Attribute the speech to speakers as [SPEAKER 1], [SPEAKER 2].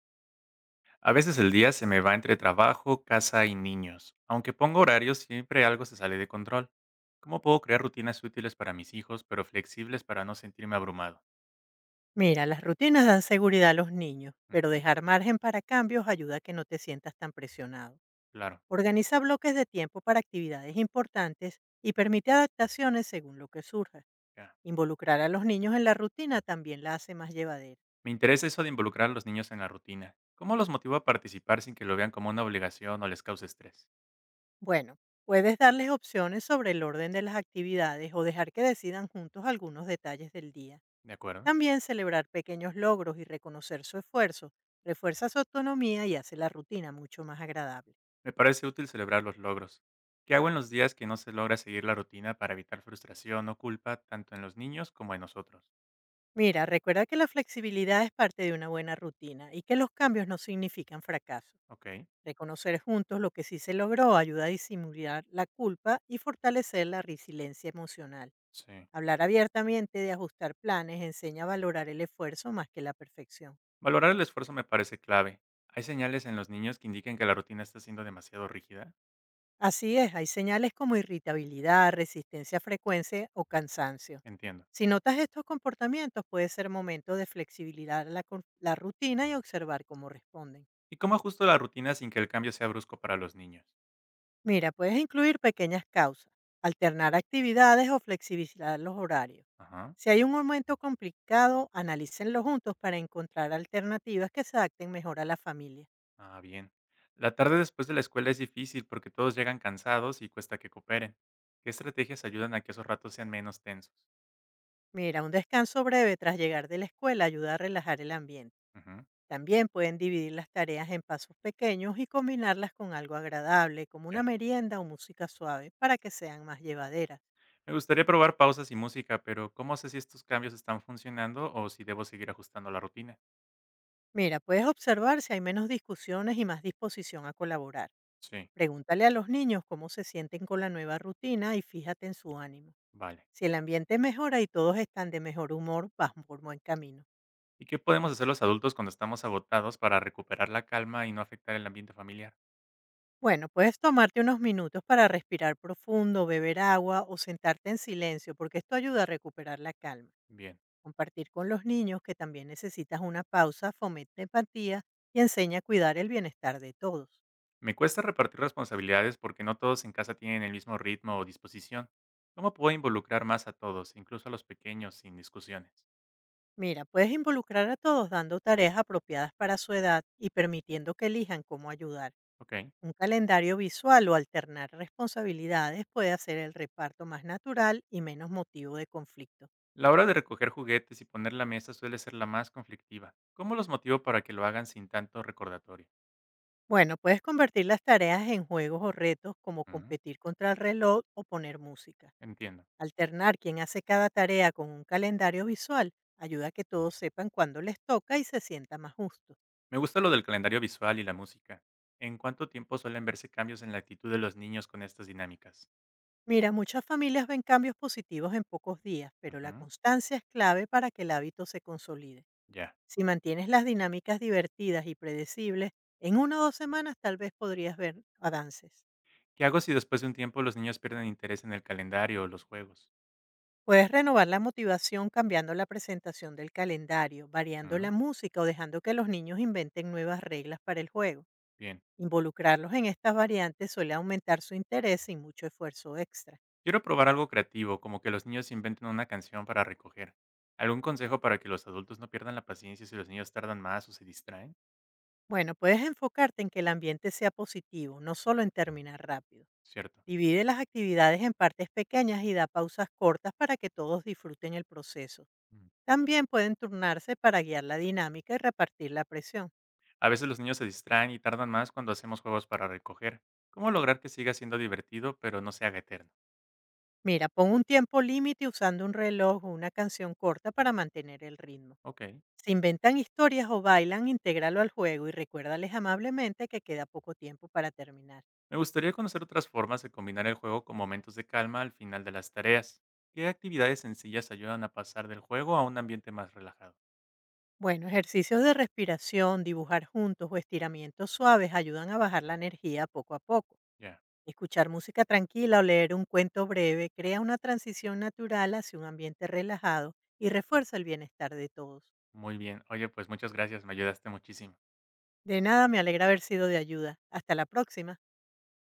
[SPEAKER 1] A veces el día se me va entre trabajo, casa y niños. Aunque pongo horarios, siempre algo se sale de control. ¿Cómo puedo crear rutinas útiles para mis hijos, pero flexibles para no sentirme abrumado?
[SPEAKER 2] Mira, las rutinas dan seguridad a los niños, pero
[SPEAKER 1] Ujú.
[SPEAKER 2] dejar margen para cambios ayuda a que no te sientas tan presionado.
[SPEAKER 1] Claro,
[SPEAKER 2] Organiza bloques de tiempo para actividades importantes y permite adaptaciones según lo que surja.
[SPEAKER 1] ya.
[SPEAKER 2] Involucrar a los niños en la rutina también la hace más llevadera.
[SPEAKER 1] Me interesa eso de involucrar a los niños en la rutina. ¿Cómo los motivo a participar sin que lo vean como una obligación o les cause estrés?
[SPEAKER 2] Bueno, puedes darles opciones sobre el orden de las actividades o dejar que decidan juntos algunos detalles del día.
[SPEAKER 1] De acuerdo.
[SPEAKER 2] También celebrar pequeños logros y reconocer su esfuerzo refuerza su autonomía y hace la rutina mucho más agradable.
[SPEAKER 1] Me parece útil celebrar los logros. ¿Qué hago en los días que no se logra seguir la rutina para evitar frustración o culpa tanto en los niños como en nosotros?
[SPEAKER 2] Mira, recuerda que la flexibilidad es parte de una buena rutina y que los cambios no significan fracaso.
[SPEAKER 1] Ok,
[SPEAKER 2] Reconocer juntos lo que sí se logró ayuda a disimular la culpa y fortalecer la resiliencia emocional.
[SPEAKER 1] sí.
[SPEAKER 2] Hablar abiertamente de ajustar planes enseña a valorar el esfuerzo más que la perfección.
[SPEAKER 1] Valorar el esfuerzo me parece clave. ¿Hay señales en los niños que indiquen que la rutina está siendo demasiado rígida?
[SPEAKER 2] Así es, hay señales como irritabilidad, resistencia a frecuencia o cansancio.
[SPEAKER 1] Entiendo.
[SPEAKER 2] Si notas estos comportamientos, puede ser momento de flexibilidad la rutina y observar cómo responden.
[SPEAKER 1] ¿Y cómo ajusto la rutina sin que el cambio sea brusco para los niños?
[SPEAKER 2] Mira, puedes incluir pequeñas causas, alternar actividades o flexibilizar los horarios.
[SPEAKER 1] Ajá.
[SPEAKER 2] Si hay un momento complicado, analícenlo juntos para encontrar alternativas que se adapten mejor a la familia.
[SPEAKER 1] Ah, bien. La tarde después de la escuela es difícil porque todos llegan cansados y cuesta que cooperen. ¿Qué estrategias ayudan a que esos ratos sean menos tensos?
[SPEAKER 2] Mira, un descanso breve tras llegar de la escuela ayuda a relajar el ambiente.
[SPEAKER 1] Ujú,
[SPEAKER 2] También pueden dividir las tareas en pasos pequeños y combinarlas con algo agradable, como
[SPEAKER 1] ya.
[SPEAKER 2] una merienda o música suave, para que sean más llevaderas.
[SPEAKER 1] Me gustaría probar pausas y música, pero ¿cómo sé si estos cambios están funcionando o si debo seguir ajustando la rutina?
[SPEAKER 2] Mira, puedes observar si hay menos discusiones y más disposición a colaborar.
[SPEAKER 1] Sí,
[SPEAKER 2] Pregúntale a los niños cómo se sienten con la nueva rutina y fíjate en su ánimo.
[SPEAKER 1] vale.
[SPEAKER 2] Si el ambiente mejora y todos están de mejor humor, vas por buen camino.
[SPEAKER 1] ¿Y qué podemos hacer los adultos cuando estamos agotados para recuperar la calma y no afectar el ambiente familiar?
[SPEAKER 2] Bueno, puedes tomarte unos minutos para respirar profundo, beber agua o sentarte en silencio, porque esto ayuda a recuperar la calma.
[SPEAKER 1] Bien.
[SPEAKER 2] Compartir con los niños que también necesitas una pausa, fomenta empatía y enseña a cuidar el bienestar de todos.
[SPEAKER 1] Me cuesta repartir responsabilidades porque no todos en casa tienen el mismo ritmo o disposición. ¿Cómo puedo involucrar más a todos, incluso a los pequeños, sin discusiones?
[SPEAKER 2] Mira, puedes involucrar a todos dando tareas apropiadas para su edad y permitiendo que elijan cómo ayudar.
[SPEAKER 1] Ok.
[SPEAKER 2] Un calendario visual o alternar responsabilidades puede hacer el reparto más natural y menos motivo de conflicto.
[SPEAKER 1] La hora de recoger juguetes y poner la mesa suele ser la más conflictiva. ¿Cómo los motivo para que lo hagan sin tanto recordatorio?
[SPEAKER 2] Bueno, puedes convertir las tareas en juegos o retos como
[SPEAKER 1] Mm,
[SPEAKER 2] competir contra el reloj o poner música.
[SPEAKER 1] entiendo.
[SPEAKER 2] Alternar quien hace cada tarea con un calendario visual ayuda a que todos sepan cuándo les toca y se sienta más justo.
[SPEAKER 1] Me gusta lo del calendario visual y la música. ¿En cuánto tiempo suelen verse cambios en la actitud de los niños con estas dinámicas?
[SPEAKER 2] Mira, muchas familias ven cambios positivos en pocos días, pero la
[SPEAKER 1] Ujú,
[SPEAKER 2] constancia es clave para que el hábito se consolide.
[SPEAKER 1] ya.
[SPEAKER 2] Si mantienes las dinámicas divertidas y predecibles, en una o dos semanas tal vez podrías ver avances.
[SPEAKER 1] ¿Qué hago si después de un tiempo los niños pierden interés en el calendario o los juegos?
[SPEAKER 2] Puedes renovar la motivación cambiando la presentación del calendario, variando la
[SPEAKER 1] Mm,
[SPEAKER 2] música o dejando que los niños inventen nuevas reglas para el juego.
[SPEAKER 1] bien.
[SPEAKER 2] Involucrarlos en estas variantes suele aumentar su interés sin mucho esfuerzo extra.
[SPEAKER 1] Quiero probar algo creativo, como que los niños inventen una canción para recoger. ¿Algún consejo para que los adultos no pierdan la paciencia si los niños tardan más o se distraen?
[SPEAKER 2] Bueno, puedes enfocarte en que el ambiente sea positivo, no solo en terminar rápido.
[SPEAKER 1] Cierto.
[SPEAKER 2] Divide las actividades en partes pequeñas y da pausas cortas para que todos disfruten el proceso.
[SPEAKER 1] Mm.
[SPEAKER 2] También pueden turnarse para guiar la dinámica y repartir la presión.
[SPEAKER 1] A veces los niños se distraen y tardan más cuando hacemos juegos para recoger. ¿Cómo lograr que siga siendo divertido pero no se haga eterno?
[SPEAKER 2] Mira, pon un tiempo límite usando un reloj o una canción corta para mantener el ritmo.
[SPEAKER 1] Ok.
[SPEAKER 2] Si inventan historias o bailan, intégralo al juego y recuérdales amablemente que queda poco tiempo para terminar.
[SPEAKER 1] Me gustaría conocer otras formas de combinar el juego con momentos de calma al final de las tareas. ¿Qué actividades sencillas ayudan a pasar del juego a un ambiente más relajado?
[SPEAKER 2] Bueno, ejercicios de respiración, dibujar juntos o estiramientos suaves ayudan a bajar la energía poco a poco.
[SPEAKER 1] Ya.
[SPEAKER 2] Escuchar música tranquila o leer un cuento breve crea una transición natural hacia un ambiente relajado y refuerza el bienestar de todos.
[SPEAKER 1] Muy bien. Oye, pues muchas gracias, me ayudaste muchísimo.
[SPEAKER 2] De nada, me alegra haber sido de ayuda. Hasta la próxima.